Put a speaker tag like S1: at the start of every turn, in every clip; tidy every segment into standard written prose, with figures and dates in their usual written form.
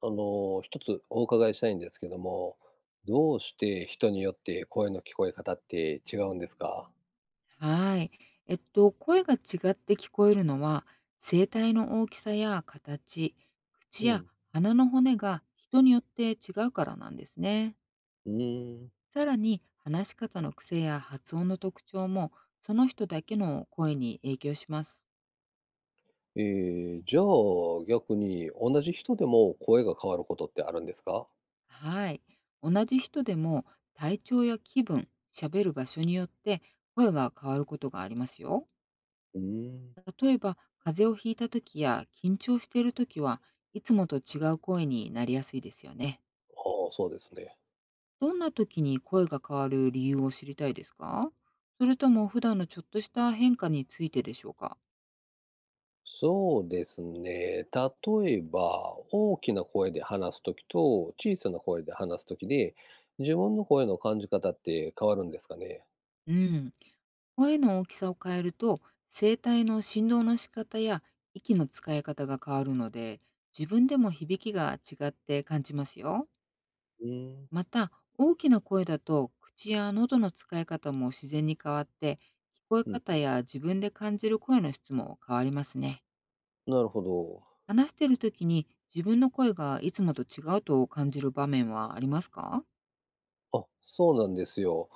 S1: あの、一つお伺いしたいんですけども、どうして人によって声の聞こえ方って違うんですか？
S2: はい。声が違って聞こえるのは、声帯の大きさや形、
S1: う
S2: 口や
S1: ん。
S2: 鼻の骨が人によって違うからなんですね。
S1: うーん。
S2: さらに、話し方の癖や発音の特徴も、その人だけの声に影響します。
S1: えじゃあ逆に同じ人でも声が変わることってあるんですか？
S2: はい。同じ人でも、体調や気分、喋る場所によって声が変わることがありますよ。
S1: うーん。
S2: 例えば、風邪をひいた時や緊張している時はいつもと違う声になりやすいですよね。
S1: ああ、そうですね。
S2: どんな時に声が変わる理由を知りたいですか？それとも普段のちょっとした変化についてでしょうか？
S1: そうですね。例えば、大きな声で話すときと小さな声で話すときで、自分の声の感じ方って変わるんですかね。
S2: うん。声の大きさを変えると声帯の振動の仕方や息の使い方が変わるので自分でも響きが違って感じますよ。
S1: うーん。
S2: また、大きな声だと口や喉の使い方も自然に変わって、聞こえ
S1: うん。う
S2: 方
S1: ん。
S2: や自分で感じる声の質も変わりますね。
S1: なるほど。
S2: 話している時に自分の声がいつもと違うと感じる場面はありますか？
S1: あ、そうなんですよ。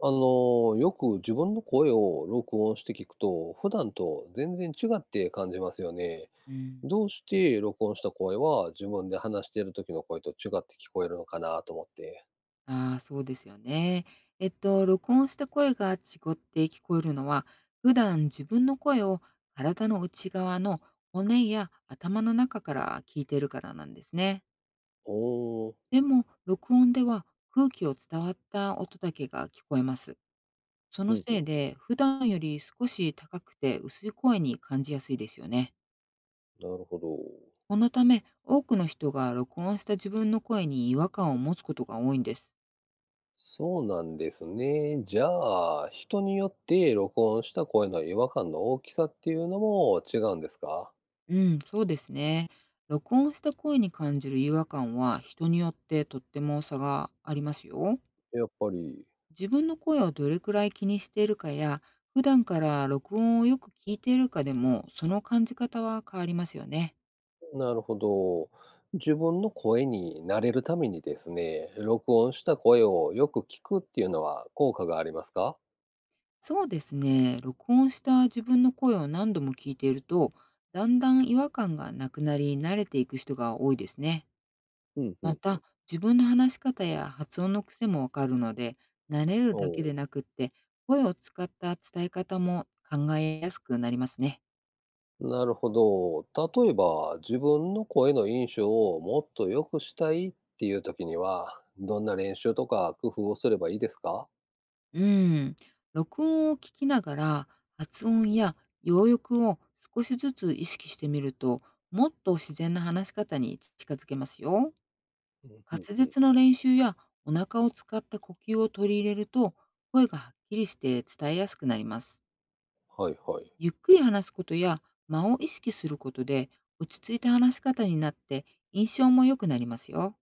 S1: あの、よく自分の声を録音して聞くと、普段と全然違って感じますよね。
S2: うん。
S1: どうして録音した声は自分で話している時の声と違って聞こえるのかなと思って。
S2: ああ、そうですよね。録音した声が違って聞こえるのは、普段自分の声を体の内側の骨や頭の中から聞いているからなんですね。
S1: おー、
S2: でも、録音では空気を伝わった音だけが聞こえます。そ
S1: う
S2: の
S1: んうん、
S2: せいで、普段より少し高くて薄い声に感じやすいですよね。
S1: なるほど。
S2: このため、多くの人が録音した自分の声に違和感を持つことが多いんです。
S1: そうなんですね。じゃあ、人によって録音した声の違和感の大きさっていうのも違うんですか？
S2: うん、そうですね。録音した声に感じる違和感は人によってとっても差がありますよ。
S1: やっぱり。
S2: 自分の声をどれくらい気にしているかや、普段から録音をよく聞いているかでも、その感じ方は変わりますよね。
S1: なるほど。自分の声に慣れるためにですね、録音した声をよく聞くっていうのは効果がありますか？
S2: そうですね。録音した自分の声を何度も聞いていると、だんだん違和感がなくなり、慣れていく人が多いですね。
S1: うんう
S2: ま
S1: んうん。
S2: た、自分の話し方や発音の癖もわかるので、慣れる
S1: お
S2: だけ
S1: う。
S2: でなくって、声を使った伝え方も考えやすくなりますね。
S1: なるほど。例えば、自分の声の印象をもっと良くしたいっていう時には、どんな練習とか工夫をすればいいですか？
S2: うん。録音を聞きながら、発音や要抑を少しずつ意識してみると、もっと自然な話し方に近づけますよ。
S1: うんうん
S2: 滑
S1: うん。
S2: 舌の練習やお腹を使った呼吸を取り入れると、声がはっきりして伝えやすくなります。
S1: はいはい。
S2: ゆっくり話すことや間を意識することで、落ち着いた話し方になって印象も良くなりますよ。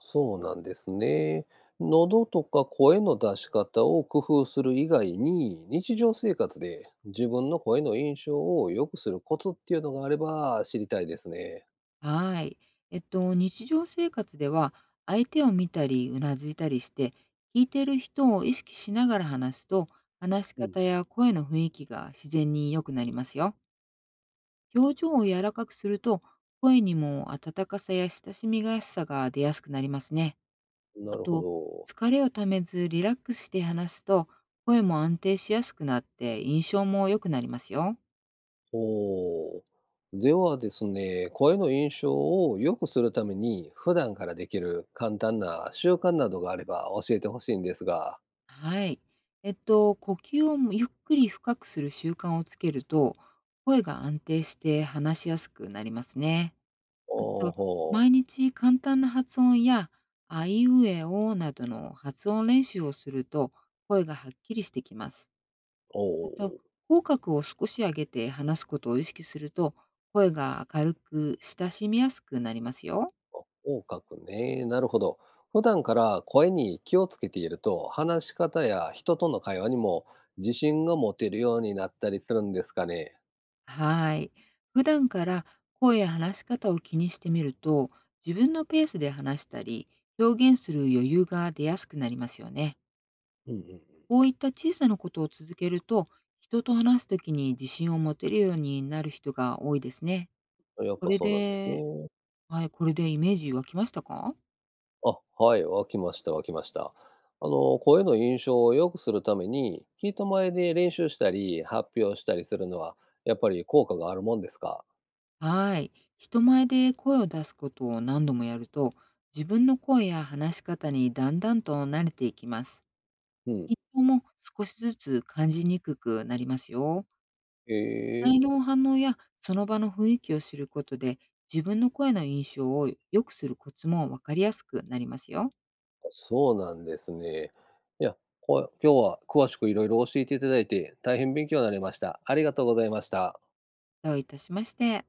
S1: そうなんですね。喉とか声の出し方を工夫する以外に、日常生活で自分の声の印象を良くするコツっていうのがあれば知りたいですね。
S2: はい。日常生活では相手を見たりうなずいたりして、聞いている人を意識しながら話すと、話し
S1: うん。
S2: 方や声の雰囲気が自然に良くなりますよ。表情を柔らかくすると、声にも温かさや親しみやすさが出やすくなりますね。
S1: な
S2: あ
S1: るほ
S2: と、
S1: ど。
S2: 疲れをためずリラックスして話すと、声も安定しやすくなって印象も良くなりますよ。
S1: おー。ではですね、声の印象を良くするために、普段からできる簡単な習慣などがあれば教えてほしいんですが。
S2: はい。呼吸をゆっくり深くする習慣をつけると、声が安定して話しやすくなりますね。あ
S1: お
S2: と、
S1: ーほ
S2: 毎
S1: ー。
S2: 日簡単な発音や、あいうえおなどの発音練習をすると、声がはっきりしてきます。
S1: お
S2: あと、
S1: ー。
S2: 口角を少し上げて話すことを意識すると、声が明るく親しみやすくなりますよ。
S1: 口角ね、なるほど。普段から声に気をつけていると、話し方や人との会話にも自信が持てるようになったりするんですかね。
S2: はい。普段から声や話し方を気にしてみると、自分のペースで話したり、表現する余裕が出やすくなりますよね。
S1: うんうん
S2: こういった小さなことを続けると、人と話すときに自信を持てるようになる人が多いですね。
S1: うん。やっ
S2: こ
S1: ぱ
S2: れ
S1: そうなんです
S2: で
S1: ね。
S2: はい、これでイメージ湧きましたか？
S1: あ、はい、わきました、わきました。あの、声の印象を良くするために、人前で練習したり、発表したりするのは、やっぱり効果があるもんですか？
S2: はい。人前で声を出すことを何度もやると、自分の声や話し方にだんだんと慣れていきます。
S1: うん。
S2: 緊張も少しずつ感じにくくなりますよ。
S1: へえ。
S2: 体の反応やその場の雰囲気を知ることで、自分の声の印象を良くするコツもわかりやすくなりますよ。
S1: そうなんですね。いや、こ今日は詳しくいろいろ教えていただいて、大変勉強になりました。ありがとうございました。
S2: どういたしまして。